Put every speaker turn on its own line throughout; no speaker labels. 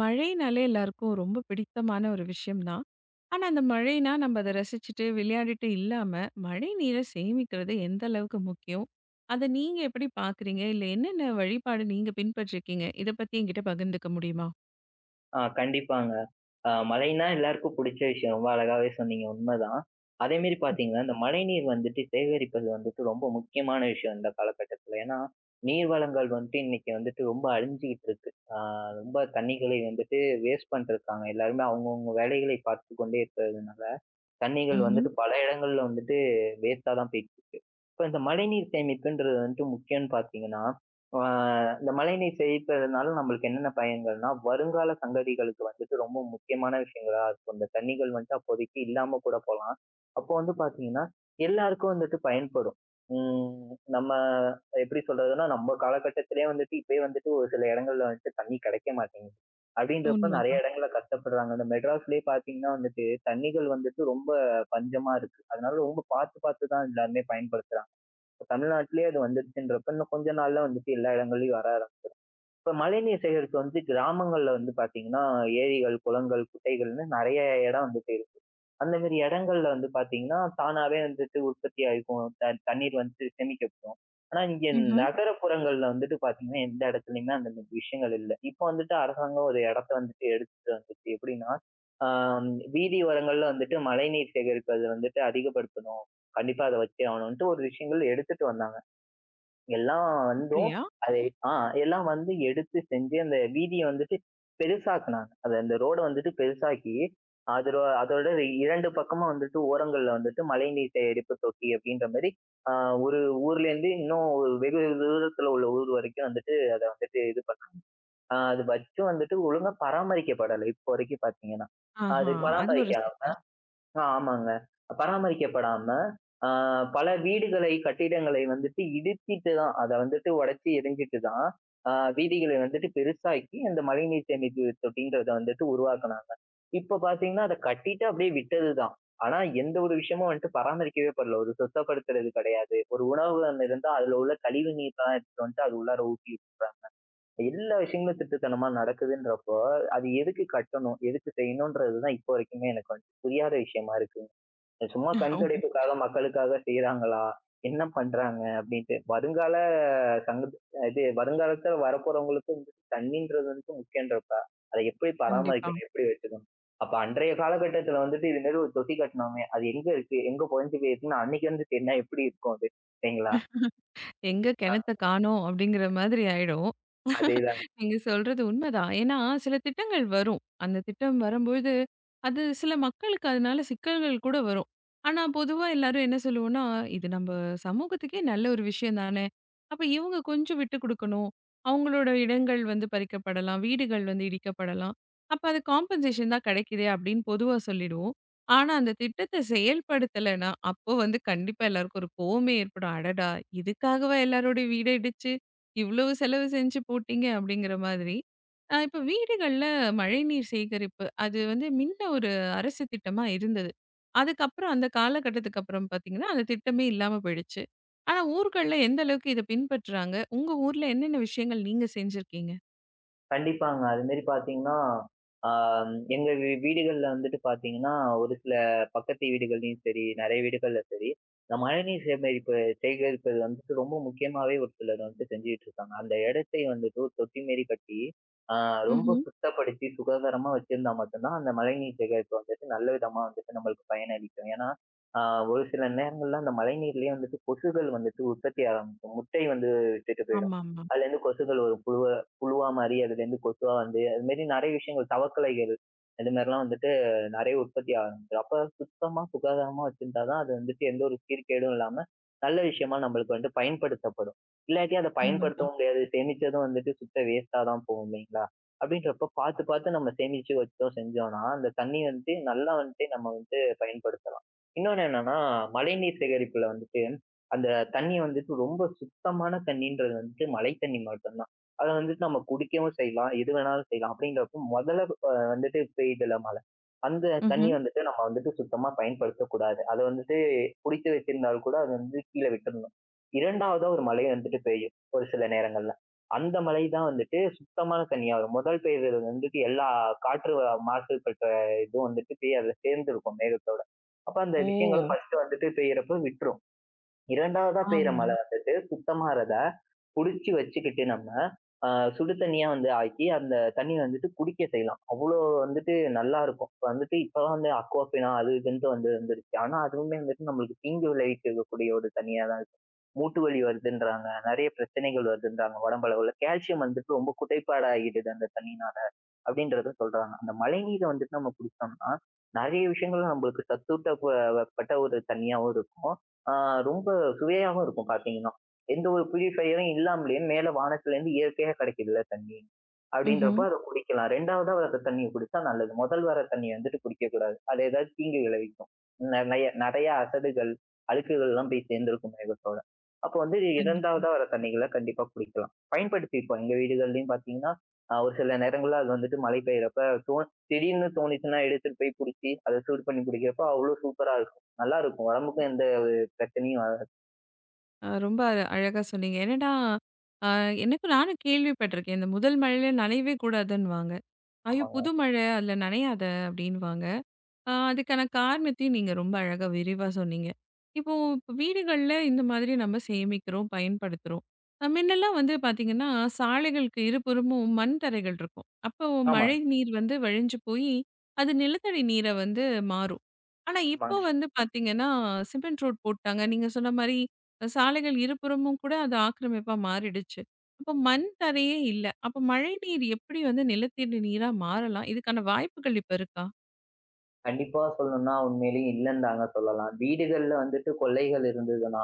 மழைனாலே எல்லாருக்கும் ரொம்ப பிடித்தமான ஒரு விஷயம் தான். ஆனா, அந்த மழைனா நம்ம அத ரசிச்சுட்டு, விளையாடிட்டு இல்லாம, மழை நீரை சேமிக்கிறது எந்த அளவுக்கு முக்கியம்? அத நீங்க எப்படி பார்க்குறீங்க? இல்ல என்னென்ன வழிபாடு நீங்க பின்பற்றிருக்கீங்க? இத பத்தி என்கிட்ட பகிர்ந்துக்க முடியுமா?
ஆ கண்டிப்பாங்க. மழைன்னா எல்லாருக்கும் புடிச்ச விஷயம். ரொம்ப அழகாவே சொன்னீங்க. உண்மதான். அதே மாரி பார்த்தீங்கன்னா, இந்த மழைநீர் வந்துட்டு சேகரிப்பது வந்துட்டு ரொம்ப முக்கியமான விஷயம் இந்த காலகட்டத்துல. ஏன்னா, நீர் வளங்கள் வந்துட்டு இன்னைக்கு வந்துட்டு ரொம்ப அழிஞ்சுகிட்டு இருக்கு. ஆ ரொம்ப தண்ணிகளை வந்துட்டு வேஸ்ட் பண்ட்ருக்காங்க. எல்லாருமே அவங்கவங்க வேலைகளை பார்த்துக் கொண்டே இருக்கிறதுனால. தண்ணீகள்
ம்ஹ்ம்.
வந்துட்டு பல இடங்கள்ல வந்துட்டு வேஸ்டா தான் போயிட்டு இருக்கு. இப்ப இந்த மழைநீர் சேமிப்புன்றது வந்துட்டு முக்கியம்னு பார்த்தீங்கன்னா, இந்த மழைநீர் சேமிப்பதனால நம்மளுக்கு என்னென்ன பயன்கள்னா, வருங்கால சங்கதிகளுக்கு வந்துட்டு ரொம்ப முக்கியமான விஷயங்களா இருக்கும். இந்த தண்ணிகள் வந்துட்டு அப்போதைக்கு இல்லாம கூட போலாம். அப்போ வந்து பார்த்தீங்கன்னா, எல்லாருக்கும் வந்துட்டு பயன்படும். நம்ம எப்படி சொல்றதுன்னா, நம்ம காலகட்டத்திலேயே வந்துட்டு இப்பயே வந்துட்டு ஒரு சில இடங்கள்ல வந்துட்டு தண்ணி கிடைக்க மாட்டேங்குது. அப்படின்றப்ப நெறைய
உண்மதான்.
இடங்கள்ல கஷ்டப்படுறாங்க. இந்த மெட்ராஸ்லயே பார்த்தீங்கன்னா வந்துட்டு, தண்ணிகள் வந்துட்டு ரொம்ப பஞ்சமா இருக்கு. அதனால ரொம்ப பாத்து பாத்து தான் எல்லாருமே பயன்படுத்துறாங்க. இப்ப தமிழ்நாட்டிலேயே அது வந்துருச்சுன்றப்ப இன்னும் கொஞ்ச நாள்ல வந்துட்டு எல்லா இடங்கள்லயும் வர ஆரம்பிக்கும். இப்ப மழைநீர் சேகரிப்பு வந்து கிராமங்கள்ல வந்து பாத்தீங்கன்னா ஏரிகள், குளங்கள், குட்டைகள்னு நெறைய இடம் வந்துட்டு அந்த மாரி இடங்கள்ல வந்து பாத்தீங்கன்னா, தானாவே வந்துட்டு உற்பத்தி ஆயிக்கும். தண்ணீர் வந்து சேமிக்கப்படும். ஆனா இங்க
ம்ஹ்ம்.
நகரப்புறங்கள்ல வந்துட்டு பாத்தீங்கன்னா, எந்த இடத்துலயுமே அந்த மாரி விஷயங்கள் இல்ல. இப்போ வந்துட்டு அரசாங்கம் ஒரு இடத்த வந்துட்டு எடுத்துட்டு வந்துச்சு. எப்படின்னா, ஆஹ் வீதி ஓரங்கள்ல வந்துட்டு மழைநீர் சேகரிப்பது வந்துட்டு அதிகப்படுத்தணும். கண்டிப்பா அத வச்சே ஆகணும்ன்ட்டு ஒரு விஷயங்கள் எடுத்துட்டு வந்தாங்க. எல்லாம் வந்தும்
அப்படியா?
அது ஆ எல்லாம் வந்து எடுத்து செஞ்சு அந்த வீதிய வந்துட்டு பெருசாக்குனாங்க. அது அந்த ரோட வந்துட்டு பெருசாக்கி, அதரோ அதோட 2 பக்கமும் வந்துட்டு ஓரங்கள்ல வந்துட்டு மழைநீர் சேகரிப்பு தொட்டி அப்படின்ற மாரி ஆ ஒரு ஊர்ல இருந்து இன்னும் ஒரு வெகு தூரத்துல உள்ள ஊர் வரைக்கும் வந்துட்டு அத வந்துட்டு இது பண்ணாங்க. அது வச்சும் வந்துட்டு ஒழுங்கா பராமரிக்கப்படல இப்போ வரைக்கும் பார்த்தீங்கன்னா. அது
ஆஹா! அது ஒரு
பராமரிக்க
சிக்கல்.
ஆ ஆமாங்க. பராமரிக்கப்படாம, ஆ பல வீடுகளை, கட்டிடங்களை வந்துட்டு இடிச்சிட்டு தான் அத வந்துட்டு உடைச்சு எரிஞ்சிட்டு தான், ஆ வீதிகளை வந்துட்டு பெருசாக்கி அந்த மழைநீர் சேமிப்பு தொட்டின்றத வந்துட்டு உருவாக்குனாங்க. இப்ப பார்த்தீங்கன்னா, அத கட்டிட்டு அப்படியே விட்டது தான். ஆனா எந்த ஒரு விஷயமும் வந்துட்டு பராமரிக்கவே படல. ஒரு சுத்தப்படுத்துறது கிடையாது. ஒரு உணவகம் இருந்தா அதுல உள்ள கழிவு நீர்லாம் எடுத்துட்டு வந்துட்டு அது உள்ளார ஊத்தி எல்லா விஷயங்களும் திருட்டுத்தனமா நடக்குதுன்றப்போ, அது எதுக்கு கட்டணும்? எதுக்கு செய்யணும்ன்றது தான் இப்போ வரைக்குமே எனக்கு வந்து புரியாத விஷயமா இருக்கு. சும்மா கண் துடைப்புக்காக, மக்களுக்காக செய்றாங்களா? என்ன பண்றாங்க? அப்படின்ட்டு. வருங்கால சங்கத் இது வருங்காலத்துல வரப்போறவங்களுக்கு தண்ணீன்றது வந்துட்டு முக்கியன்றப்ப, அத எப்படி
கண்டிப்பா.
பராமரிக்கணும்? எப்படி வச்சுக்கணும்? அப்ப அன்றைய காலகட்டத்துல வந்துட்டு இது மாரி ஒரு தொட்டி கட்டுனோமே, அது எங்க இருக்கு? எங்க புதைஞ்சு போயிருக்குன்னு அன்னைக்கு வந்து தேடுனா எப்படி இருக்கும் அது? இல்லைங்களா?
எங்க
ஆ.
கிணத்த காணோம் அப்படிங்கிற மாதிரி ஆயிடும்.
அதே
நீங்க சொல்றது உண்மைதான். ஏன்னா, சில திட்டங்கள் வரும். அந்த திட்டம் வரும்பொழுது, அது சில மக்களுக்கு அதனால சிக்கல்கள் கூட வரும். ஆனா, பொதுவா எல்லாரும் என்ன சொல்லுவோம்னா, "இது நம்ம சமூகத்துக்கே நல்ல ஒரு விஷயம் தானே!" அப்ப இவங்க கொஞ்சம் விட்டுக் குடுக்கணும். அவங்களோட இடங்கள் வந்து பறிக்கப்படலாம். வீடுகள் வந்து இடிக்கப்படலாம். அப்ப அது காம்பன்சேஷன் தான் கிடைக்குதே அப்படின்னு பொதுவா சொல்லிடுவோம். ஆனா, அந்த திட்டத்த செயல்படுத்தலைன்னா, அப்போ வந்து கண்டிப்பா எல்லாருக்கும் ஒரு கோவமே ஏற்படும். "அடடா! இதுக்காகவா எல்லாரோட வீட இடிச்சு இவ்வளவு செலவு செஞ்சு போட்டீங்க அப்படிங்கிற மாதிரி. இப்ப வீடுகள்ல மழைநீர் சேகரிப்பு, அது வந்து முன்ன ஒரு அரசு திட்டமா இருந்தது. அதுக்கப்புறம் அந்த காலகட்டத்துக்கு அப்புறம் பார்த்தீங்கன்னா, அந்த திட்டமே இல்லாம போயிடுச்சு. ஆனா ஊர்கள்ல எந்த அளவுக்கு இத பின்பற்றுறாங்க? உங்க ஊர்ல என்னென்ன விஷயங்கள் நீங்க செஞ்சிருக்கீங்க?
கண்டிப்பாங்க. அது மாரி பார்த்தீங்கன்னா, ஆ எங்க வீடுகள்ல வந்துட்டு பார்த்தீங்கன்னா, ஒரு சில பக்கத்து வீடுகள்லயும் சரி, நெறைய வீடுகள்ல சரி, இந்த மழைநீர் சேகரிப்பு சேகரிப்பது வந்துட்டு ரொம்ப முக்கியமாவே ஒரு சிலர் வந்துட்டு செஞ்சுகிட்டு இருக்காங்க. அந்த இடத்தை வந்துட்டு ஒரு தொட்டி மாரி கட்டி, ஆ ரொம்ப
ம்ஹ்ம்.
சுத்தப்படுத்தி சுகாதாரமா வச்சிருந்தா மட்டும் தான், அந்த மழைநீர் சேகரிப்பு வந்துட்டு நல்ல விதமா வந்துட்டு நம்மளுக்கு பயனளிக்கும். ஏன்னா, ஆ ஒரு சில நேரங்கள்ல அந்த மழைநீர்லயே வந்துட்டு கொசுக்கள் வந்துட்டு உற்பத்தி ஆரம்பிக்கும். முட்டை வந்து விட்டுட்டு போயிடும்.
ஆமாமா.
அதுலேருந்து கொசுக்கள் வரும். புழுவா மாறி அதுலேருந்து கொசுவா வந்து அது மாரி நிறைய விஷயங்கள் தவக்கலைகள் அது மாதிரிலாம் வந்துட்டு நிறைய உற்பத்தி ஆரம்பிச்சிடும். அப்ப சுத்தமா சுகாதாரமா வச்சிருந்தாதான் அது வந்துட்டு எந்த ஒரு சீர்கேடும் இல்லாம நல்ல விஷயமா நம்மளுக்கு வந்து பயன்படுத்தப்படும். இல்லாட்டி அதை
உண்மதான்.
பயன்படுத்தவும் முடியாது. சேமிச்சதும் வந்துட்டு சுத்த வேஸ்ட்டா தான் போகும் இல்லைங்களா? அப்படின்றப்ப பார்த்து பார்த்து நம்ம சேமிச்சு வச்சோம் செஞ்சோம்னா, அந்த தண்ணி வந்துட்டு நல்லா வந்துட்டு நம்ம வந்துட்டு பயன்படுத்தலாம். இன்னொன்னு என்னன்னா, மழைநீர் சேகரிப்புல வந்துட்டு அந்த தண்ணி வந்துட்டு ரொம்ப சுத்தமான தண்ணீன்றது வந்துட்டு மழை தண்ணி மட்டும் தான். அத வந்துட்டு நம்ம குடிக்கவும் செய்யலாம், எது வேணாலும் செய்யலாம். அப்படிங்கிறப்போ முதல்ல வந்துட்டு பெய்யுதுல மழை, அந்த தண்ணிய
ம்ஹ்ம்.
வந்துட்டு நம்ம வந்துட்டு சுத்தமா பயன்படுத்தக் கூடாது. அத வந்துட்டு புடிச்சு வச்சிருந்தாலும் கூட அது வந்து கீழ விட்டுறணும். இரண்டாவதா ஒரு மழை வந்துட்டு பெய்யும் ஒரு சில நேரங்கள்ல. அந்த மழை தான் வந்துட்டு சுத்தமான தண்ணியா வரும். முதல் பெய்யறது வந்துட்டு எல்லா காற்று மாசுபட்ட இதுவும் வந்துட்டு போய் அதுல சேர்ந்திருக்கும் மேகத்தோட. அப்ப அந்த விஷயங்களும்
ஓ!
ஃபர்ஸ்ட் வந்துட்டு பெய்யறப்ப விட்டுரும். இரண்டாவதா பெய்யுற
ஆமா.
மழை வந்துட்டு சுத்தமாறத புடிச்சு வச்சுக்கிட்டு நம்ம, அ சுடு தண்ணியா வந்து ஆக்கி, அந்த தண்ணிய வந்துட்டு குடிக்க செய்யலாம். அவ்ளோ வந்துட்டு நல்லாருக்கும். இப்ப வந்துட்டு இப்பலாம் வந்து அக்வாஃபினா அது இதுன்ட்டு வந்து வந்துருச்சு. ஆனா, அதுவுமே வந்துட்டு நம்மளுக்கு தீங்கு விளைவிக்கக்கூடிய ஒரு தண்ணியா தான் இருக்கு. மூட்டு வலி வருதுன்றாங்க, நெறைய பிரச்சனைகள் வருதுன்றாங்க உடம்பளவுல. கால்சியம் வந்துட்டு ரொம்ப குறைபாடாகிடுது அந்த தண்ணினால, அப்படின்றத சொல்றாங்க. அந்த மழைநீர வந்துட்டு நம்ம குடிச்சோம்னா, நெறைய விஷயங்கள் நம்மளுக்கு சத்தூட்ட பட்ட ஒரு தண்ணியாவும் இருக்கும். ஆ ரொம்ப சுவையாவும் இருக்கும் பார்த்தீங்கன்னா. எந்த ஒரு பியூரிஃபையரும் இல்லாமலேயே மேல வானத்துலேருந்து இயற்கையா கிடைக்குதுல்ல தண்ணி.
ம்ஹ்ம்.
அப்படின்றப்போ அத குடிக்கலாம். 2வதா வர்ற தண்ணிய குடிச்சா நல்லது. முதல் வர்ற தண்ணிய வந்துட்டு குடிக்கக்கூடாது. அது ஏதாவது தீங்கு விளைவிக்கும். நெறைய நெறைய அசடுகள், அழுக்குகள்லாம் போய் சேர்ந்திருக்கும் மேகத்தோட. அப்போ வந்து
கண்டிப்பா.
2வதா வர்ற தண்ணிகள கண்டிப்பா குடிக்கலாம். பயன்படுத்திப்போம். எங்க வீடுகள்லயும் பார்த்தீங்கன்னா, ஒரு சில நேரங்கள்ல அது வந்துட்டு மழை பெய்யறப்ப தோ திடீர்னு தோணுச்சுன்னா எடுத்துட்டு போய் புடிச்சு, அத சூடு பண்ணி குடிக்கிறப்போ அவ்வளோ சூப்பரா இருக்கும். நல்லாருக்கும். உடம்புக்கும் எந்த ஒரு பிரச்சனையும் வராது.
ரொம்ப அழகா சொன்னீங்க. என்னன்னா, அ எனக்கும் நானும் கேள்விப்பட்டிருக்கேன். இந்த முதல் மழையில நனையவே கூடாதுன்னுவாங்க. ஐயோ!
ஆமாங்க.
புது மழை. அதுல நனையாத அப்டின்னுவாங்க. அதுக்கான காரணத்தையும் நீங்க ரொம்ப அழகா விரிவா சொன்னீங்க. இப்போ இப்ப வீடுகள்ல இந்த மாதிரி நம்ம சேமிக்கிறோம், பயன்படுத்துறோம். முன்னெல்லாம் வந்து பார்த்தீங்கன்னா, சாலைகளுக்கு இருபுறமும் மண் தரைகள் இருக்கும். அப்போ
ஆமா,
மழை நீர் வந்து வழிஞ்சு போய், அது நிலத்தடி நீரா வந்து மாறும். ஆனா இப்போ
ஆமாங்க.
வந்து பார்த்தீங்கன்னா, சிமெண்ட் ரோட் போட்டாங்க. நீங்க சொன்ன மாரி சாலைகள் இருபுறமும் கூட அது ஆக்கிரமிப்பா மாறிடுச்சு. அப்போ மண்
ம்.
தரையே இல்ல. அப்போ மழைநீர் எப்படி வந்து நிலத்தடி நீரா மாறலாம்? இதுக்கான வாய்ப்புகள் இப்ப இருக்கா?
கண்டிப்பா சொல்லணும்னா உண்மையிலேயே இல்லன்னு தாங்க சொல்லலாம். வீடுகள்ல வந்துட்டு கொள்ளைகள் இருந்ததுன்னா,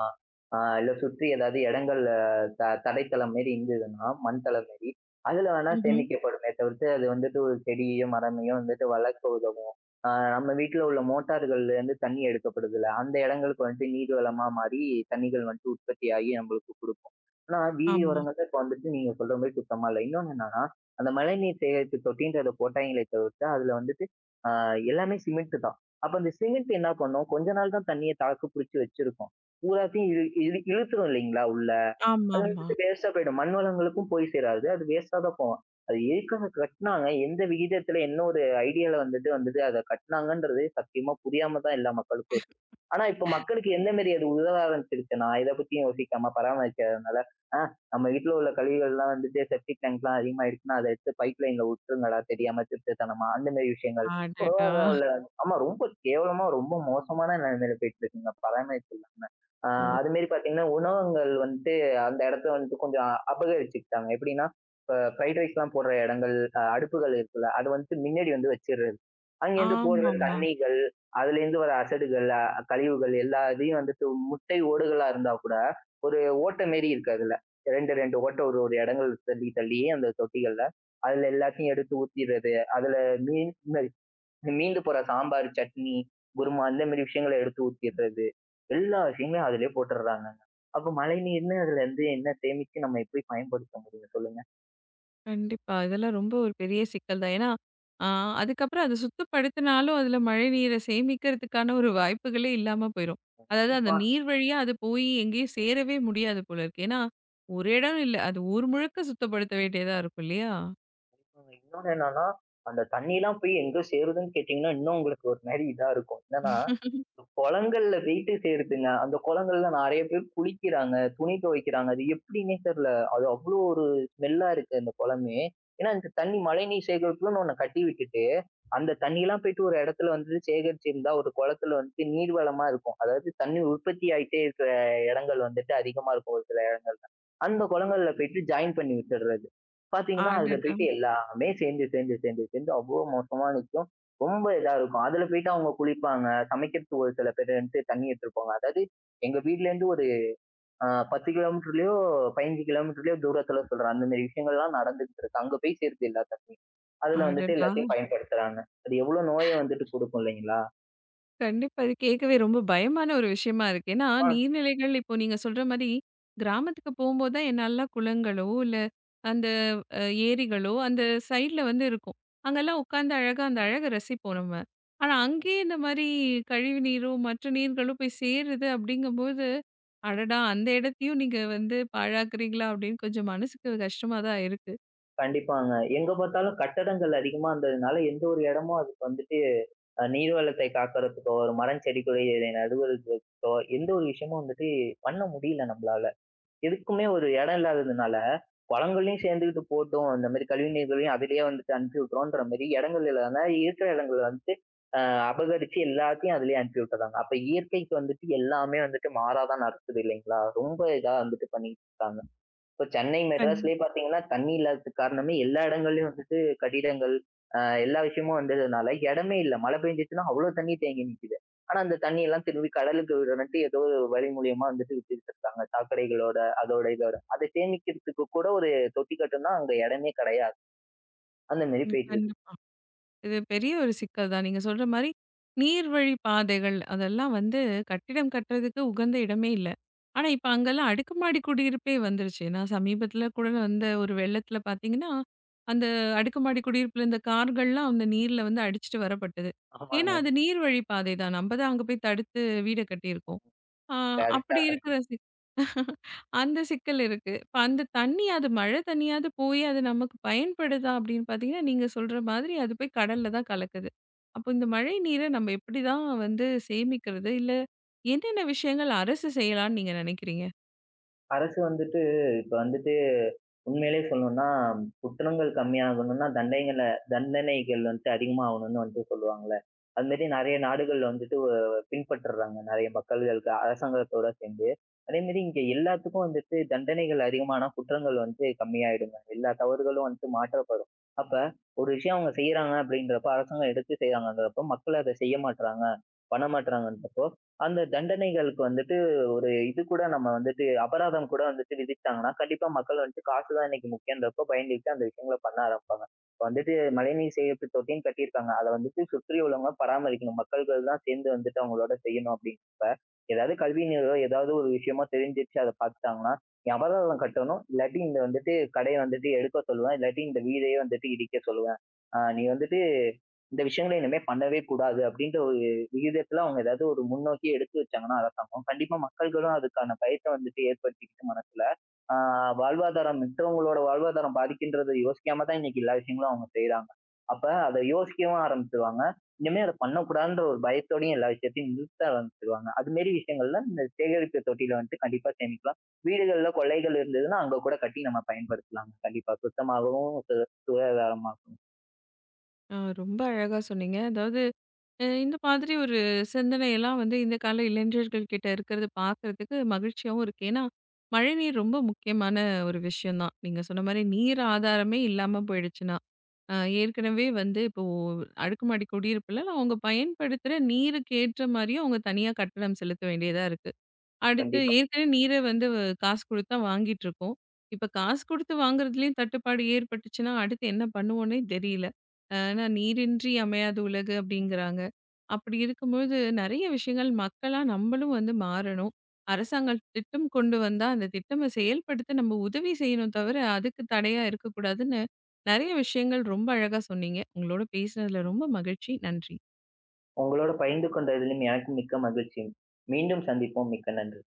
இல்ல சுற்றி ஏதாவது இடங்கள்ல தடைத்தளம் மாரி இருந்ததுன்னா, மண் தளம் மாரி, அதுல வேணா சேமிக்கப்படுமே தவிர்த்து அது வந்துட்டு ஒரு செடியையோ, மரமையோ வந்துட்டு வளர்க்க நம்ம வீட்டுல உள்ள மோட்டார்கள்ல இருந்து தண்ணி எடுக்கப்படுதுல்ல அந்த இடங்களுக்கு வந்துட்டு நீர் வளமா மாறி தண்ணிகள் வந்துட்டு உற்பத்தியாகி நம்மளுக்கு கொடுக்கும். ஆனா வீதி
ஆமா.
ஓரங்கள்ல இப்ப வந்துட்டு நீங்க சொல்ற மாதிரி சுத்தமா இல்லை. இன்னொன்னு என்னன்னா அந்த மழைநீர் சேகரிப்பு தொட்டின்றத போட்டாங்களே தவிர்த்து அதுல வந்துட்டு எல்லாமே சிமெண்ட் தான். அப்ப அந்த சிமெண்ட் என்ன பண்ணும் கொஞ்ச நாள் தான் தண்ணியை தாக்கு பிடிச்சு வச்சிருக்கும். பூராத்தையும் இழு இழு இழுத்துரும் இல்லைங்களா உள்ள. அது
ஆமாமா.
வந்துட்டு வேஸ்டா போயிடும் மண் வளங்களுக்கும் போய் சேராது அது வேஸ்டா தான் போகும். அது எதுக்காக கட்டுனாங்க? எந்த விகிதத்துல என்ன ஒரு ஐடியால வந்துட்டு வந்துட்டு அத கட்டுனாங்கன்றது சத்தியமா புரியாம தான் எல்லா மக்களுக்கும் இருக்கு. ஆனா இப்ப மக்களுக்கு எந்த மாரி அது உதவ ஆரம்பிச்சிருச்சுன்னா, இத பத்தியும் யோசிக்காம பராமரிக்காதனால, "ஆ நம்ம வீட்ல உள்ள கழிவுகள்லாம் வந்துட்டு செப்டிக் டேங்க்லாம் அதிகமா இருக்குன்னா, அத எடுத்து பைப் லைன்ல விட்டுருங்கடா தெரியாம திருட்டுத்தனமா." அந்த மாரி விஷயங்கள்.
அடடா!
உலகளவுல ஆமா ரொம்ப கேவலமா, ரொம்ப மோசமான நிலைமையில போயிட்டு இருக்குங்க பராமரிப்பு இல்லாம. ஆ
ஓ!
அது மாரி பார்த்தீங்கன்னா, உணவகங்கள் வந்துட்டு அந்த இடத்த வந்துட்டு கொஞ்சம் அபகரிச்சுக்கிட்டாங்க. எப்படின்னா இப்ப ஃப்ரைட் ரைஸ்லாம் போடுற இடங்கள் அடுப்புகள் இருக்குல்ல, அது வந்துட்டு மின்னாடி வந்து வச்சிடுறது. அங்கேருந்து போடுற
ஆமாமா.
தண்ணீகள், அதுலேருந்து வர அசடுகள், கழிவுகள் எல்லா இதையும் வந்துட்டு முட்டை ஓடுகளா இருந்தா கூட, ஒரு ஓட்டை மாரி இருக்கு அதுல. 2, 2 ஓட்டை ஒரு ஒரு இடங்கள் தள்ளி தள்ளி அந்த தொட்டிகள்ல. அதுல எல்லாத்தையும் எடுத்து ஊத்திறது. அதுல மீன் மீ- மீந்து போற சாம்பார், சட்னி, குருமா இந்த மாரி விஷயங்கள எடுத்து ஊத்திறது. எல்லா விஷயங்களையும் அதிலயே போட்டுடுறாங்கங்க. அப்ப மழைநீர்ன்னு அதுல இருந்து என்ன சேமிச்சு நம்ம எப்படி பயன்படுத்த முடியும் சொல்லுங்க?
கண்டிப்பா. இதெல்லாம் ரொம்ப ஒரு பெரிய சிக்கல் தான். ஏன்னா, ஆ அதுக்கப்புறம் அத சுத்தப்படுத்தினாலும் அதுல மழை நீரை சேமிக்கிறதுக்கான ஒரு வாய்ப்புகளே இல்லாம போயிரும். அதாவது அந்த
கண்டிப்பா.
நீர் வழியா அது போய் எங்கேயும் சேரவே முடியாது போல இருக்கு. ஏன்னா, ஒரு இடம் இல்ல. அது ஊர் முழுக்க சுத்தப்படுத்த வேண்டியதா இருக்கும் இல்லையா?
இன்னொன்னு என்னன்னா, அந்த தண்ணிலாம் போய் எங்க சேருதுன்னு கேட்டீங்கன்னா, இன்னும் உங்களுக்கு ஒரு மாரி இதா இருக்கும். என்னன்னா, இந்த குளங்கள்ல போயிட்டு சேருதுங்க. அந்த குளங்கள்ல நெறைய பேர் குளிக்கிறாங்க, துணி துவைக்கிறாங்க. அது எப்படின்னே தெரியல. அது அவ்ளோ ஒரு ஸ்மெல்லா இருக்கு அந்த குளமே. ஏன்னா, இந்த தண்ணி மழைநீர் சேகரிப்புன்னு ஒண்ணு கட்டி விட்டுட்டு, அந்த தண்ணிலாம் போயிட்டு ஒரு இடத்துல வந்து சேகரிச்சிருந்தா ஒரு குளத்துல வந்துட்டு நீர்வளமா இருக்கும். அதாவது தண்ணி உற்பத்தி ஆயிட்டே இருக்கிற இடங்கள் வந்துட்டு அதிகமா இருக்கும் ஒரு சில அந்த குளங்கள்ல போயிட்டு ஜாயின் பண்ணி விட்டுடுறது. பார்த்தீங்கன்னா, அதுல
அடடா!
போயிட்டு எல்லாமே சேர்ந்து, சேர்ந்து, சேர்ந்து, சேர்ந்து அவ்ளோ மோசமா நிக்கும். ரொம்ப இதா இருக்கும். அதுல போயிட்டு அவங்க குளிப்பாங்க. சமைக்கிறதுக்கு ஒரு சில பேர் வந்துட்டு தண்ணி எடுத்துட்டு போவாங்க. அதாவது எங்க வீட்லேருந்து ஒரு 10 கிலோமீட்டர்லயோ, 15 கிலோமீட்டர்லயோ தூரத்துல சொல்றேன். அந்த மாரி விஷயங்கள்லாம் நடந்துகிட்டு இருக்கு. அங்க போய் சேருது எல்லா தண்ணியும். அதுல வந்துட்டு
அடடா!
எல்லாத்தையும் பயன்படுத்துறாங்க. அது எவ்ளோ நோய வந்துட்டு குடுக்கும் இல்லைங்களா?
கண்டிப்பா. இது கேட்கவே ரொம்ப பயமான ஒரு விஷயமா இருக்கு. ஏன்னா,
ஆமா,
நீர்நிலைகள் இப்போ நீங்க சொல்ற மாரி, கிராமத்துக்கு போம்போது தான் என்னல்லாம் குளங்களோ, இல்ல அந்த அ ஏரிகளோ, அந்த சைட்ல வந்து இருக்கும். அங்கெல்லாம் உட்காந்து அழகா அந்த அழக ரசிப்போம் நம்ம. ஆனா, அங்கேயே இந்த மாரி கழிவு நீரோ, மற்ற நீர்களோ போய் சேருது அப்படிங்கும்போது, அடடா! அந்த இடத்தையும் நீங்க வந்து பாழாக்குறீங்களா அப்படின்னு கொஞ்சம் மனசுக்கு கஷ்டமா தான் இருக்கு.
கண்டிப்பாங்க. எங்க பார்த்தாலும் கட்டடங்கள் அதிகமா இருந்ததுனால எந்த ஒரு இடமும் அதுக்கு வந்துட்டு நீர்வளத்தை காக்கிறதுக்கோ ஒரு மரம் செடி கொடிகளை நடுவதற்கோ எந்த ஒரு விஷயமும் வந்துட்டு பண்ண முடியல நம்மளால எதுக்குமே ஒரு இடம் இல்லாததுனால குளங்களையும் சேர்ந்துக்கிட்டு போட்டும் இந்த மாதிரி கழிவு நீர்களையும் அதிலேயே வந்துட்டு அனுப்பி விட்டுறோன்ற மாதிரி இடங்கள் இல்லாம இருக்கிற இடங்கள் வந்துட்டு அபகரிச்சு எல்லாத்தையும் அதுலயே அனுப்பி விட்டுறாங்க அப்ப இயற்கைக்கு வந்துட்டு எல்லாமே வந்துட்டு மாறாதான் நடக்குது இல்லைங்களா ரொம்ப இதா வந்துட்டு பண்ணிட்டு இருக்காங்க. இப்ப சென்னை,
கண்
மெட்ராஸ்லயே பாத்தீங்கன்னா தண்ணி இல்லாததுக்கு காரணமே எல்லா இடங்கள்லயும் வந்துட்டு கட்டிடங்கள் எல்லா விஷயமும் வந்ததுனால இடமே இல்லை மழை பெஞ்சுச்சுன்னா அவ்வளவு தண்ணி தேங்கி நிக்குது. ஆனா அந்த தண்ணி எல்லாம் திரும்பி கடலுக்கு விடுறதுன்ட்டு ஏதோ ஒரு வழி மூலியமா வந்துட்டு விட்டுட்டு இருக்காங்க சாக்கடைகளோட அதோட இதோட அதை சேமிக்கிறதுக்கு கூட ஒரு தொட்டி கட்டுனா அங்க இடமே கிடையாது. அந்த மாதிரி
ம்.
போயிட்டு இருக்கு.
கண்டிப்பா. இது பெரிய ஒரு சிக்கல் தான். நீங்க சொல்ற மாரி, நீர்வழி பாதைகள் அதெல்லாம் வந்து கட்டிடம் கட்டுறதுக்கு உகந்த இடமே இல்ல. ஆனா, இப்ப அங்கெல்லாம் அடுக்குமாடி குடியிருப்பே வந்துருச்சு. நான் சமீபத்தில கூட வந்த ஒரு வெள்ளத்தில பார்த்தீங்கன்னா, அந்த அடுக்குமாடி குடியிருப்புல இந்த கார்கள்லாம் அந்த நீர்ல வந்து அடிச்சுட்டு வரப்பட்டது. ஏன்னா,
ஆமாங்க.
அது நீர்வழி பாதை தான். நம்ம தான் அங்க போய் தடுத்து வீட கட்டியிருக்கோம். ஆ
கரெக்டா
அப்படி இருக்கிற
சொன்னீங்க.
அந்த சிக்கல் இருக்கு. இப்ப அந்த தண்ணியாது மழை தண்ணியாது போய் அது நமக்கு பயன்படுதா அப்படின்னு பார்த்தீங்கன்னா, நீங்க சொல்ற மாதிரி அது போய் கடல்ல தான் கலக்குது. அப்போ இந்த மழை நீரை நம்ம எப்படிதான் வந்து சேமிக்கிறது? இல்ல என்னென்ன விஷயங்கள் அரசு செய்யலாம்னு நீங்க நினைக்கிறீங்க?
அரசு வந்துட்டு இப்ப வந்து உண்மையிலே சொல்லணும்னா, குற்றங்கள் கம்மியாகணும்னா தண்டனைகள் வந்துட்டு அதிகமாகணும்னு வந்துட்டு சொல்லுவாங்கல்ல. அது மாரி நெறைய நாடுகள்ல வந்துட்டு பின்பற்றுறாங்க நெறைய மக்கள்களுக்கு அரசாங்கத்தோட சேர்ந்து. அதே மாரி இங்க எல்லாத்துக்கும் வந்துட்டு தண்டனைகள் அதிகமானா குற்றங்கள் வந்து கம்மியாயிடுங்க. எல்லா தவறுகளும் வந்துட்டு மாற்றப்படும். அப்ப ஒரு விஷயம் அவங்க செய்யறாங்க அப்படின்றப்போ, அரசாங்கம் எடுத்து செய்யறாங்கன்றப்போ, மக்கள் அத செய்ய மாட்றாங்க, பண்ண மாட்றாங்கன்றப்போ, அந்த தண்டனைகளுக்கு வந்துட்டு ஒரு இது கூட நம்ம வந்துட்டு அபராதம் கூட வந்துட்டு விதிச்சாங்கன்னா, கண்டிப்பா மக்கள் வந்துட்டு காசு தான் இன்னைக்கு முக்கியம்ன்றப்போ பயந்துகிட்டு அந்த விஷயங்கள பண்ண ஆரம்பிப்பாங்க. இப்ப வந்துட்டு மழைநீர் சேகரிப்பு தொட்டின்னு கட்டியிருக்காங்க. அத வந்துட்டு சுற்றி உள்ளவங்க பராமரிக்கணும். மக்கள்கள் தான் சேர்ந்து வந்துட்டு அவங்களோட செய்யணும் அப்படிங்கிறப்ப, ஏதாவது கல்வி நிறுவனம் ஏதாவது ஒரு விஷயமா தெரிஞ்சுருச்சு அத பார்த்துட்டாங்கன்னா, நீ அபராதம் கட்டணும். இல்லாட்டி இந்த வந்துட்டு கடைய வந்துட்டு எடுக்க சொல்லுவேன். இல்லாட்டி இந்த வீடையே வந்துட்டு இடிக்க சொல்லுவேன். நீ வந்துட்டு இந்த விஷயங்கள இனிமே பண்ணவே கூடாது அப்படின்ற ஒரு விகிதத்துல அவங்க ஏதாவது முன்னோக்கி எடுத்து வச்சாங்கன்னா அரசாங்கம், கண்டிப்பா மக்கள்களும் அதுக்கான பயத்தை வந்துட்டு ஏற்படுத்திக்கிட்டு மனசுல வாழ்வாதாரம் மித்தவங்களோட வாழ்வாதாரம் பாதிக்கின்றதை யோசிக்காம தான் இன்னைக்கு எல்லா விஷயங்களும் அவங்க செய்யறாங்க. அப்ப அதை யோசிக்கவும் ஆரம்பிச்சிருவாங்க. இனிமே அதை பண்ணக்கூடாதுன்ற ஒரு பயத்தோடயும் எல்லா விஷயத்தையும் நிறுத்த ஆரம்பிச்சிருவாங்க. அது மாரி விஷயங்கள்ல இந்த சேகரிப்பு தொட்டியில வந்துட்டு கண்டிப்பா சேமிக்கலாம். வீடுகள்ல கொள்ளைகள் இருந்ததுன்னா அங்க கூட கட்டி நம்ம பயன்படுத்தலாங்க கண்டிப்பா. சுத்தமாகவும், சுகாதாரமாகவும்.
ஆ ரொம்ப அழகா சொன்னீங்க. அதாவது இந்த மாதிரி ஒரு சிந்தனையெல்லாம் வந்து இந்த கால இளைஞர்கள் கிட்ட இருக்கிறது பார்க்கறதுக்கு மகிழ்ச்சியாவும் இருக்கு. ஏன்னா, மழைநீர் ரொம்ப முக்கியமான ஒரு விஷயம் தான். நீங்க சொன்ன மாரி நீர் ஆதாரமே இல்லாம போயிடுச்சுன்னா. அ ஏற்கனவே வந்து இப்போ அடுக்குமாடி குடியிருப்புல அவங்க பயன்படுத்துற நீருக்கு ஏற்ற மாரியும் அவங்க தனியா கட்டணம் செலுத்த வேண்டியதா இருக்கு. அடுத்து
கண்டிப்பா.
ஏற்கனவே நீர வந்து காசு குடுத்தா வாங்கிட்டுருக்கோம். இப்ப காசு குடுத்து வாங்குறதுலயும் தட்டுப்பாடு ஏற்பட்டுச்சுன்னா, அடுத்து என்ன பண்ணுவோன்னே தெரியல. ஏன்னா "நீரின்றி அமையாது உலகு" அப்படிங்கிறாங்க. அப்படி இருக்கும்பொழுது நெறைய விஷயங்கள் மக்களா நம்மளும் வந்து மாறணும். அரசாங்கம் திட்டம் கொண்டு வந்தா, அந்த திட்டம செயல்படுத்த நம்ம உதவி செய்யணும் தவிர, அதுக்கு தடையா இருக்கக்கூடாதுன்னு, நெறைய விஷயங்கள் ரொம்ப அழகா சொன்னீங்க. உங்களோட பேசினதுல ரொம்ப மகிழ்ச்சி. நன்றி.
உங்களோட பகிர்ந்து கொண்டதிலும் எனக்கு மிக்க மகிழ்ச்சி. மீண்டும் சந்திப்போம். மிக்க நன்றி.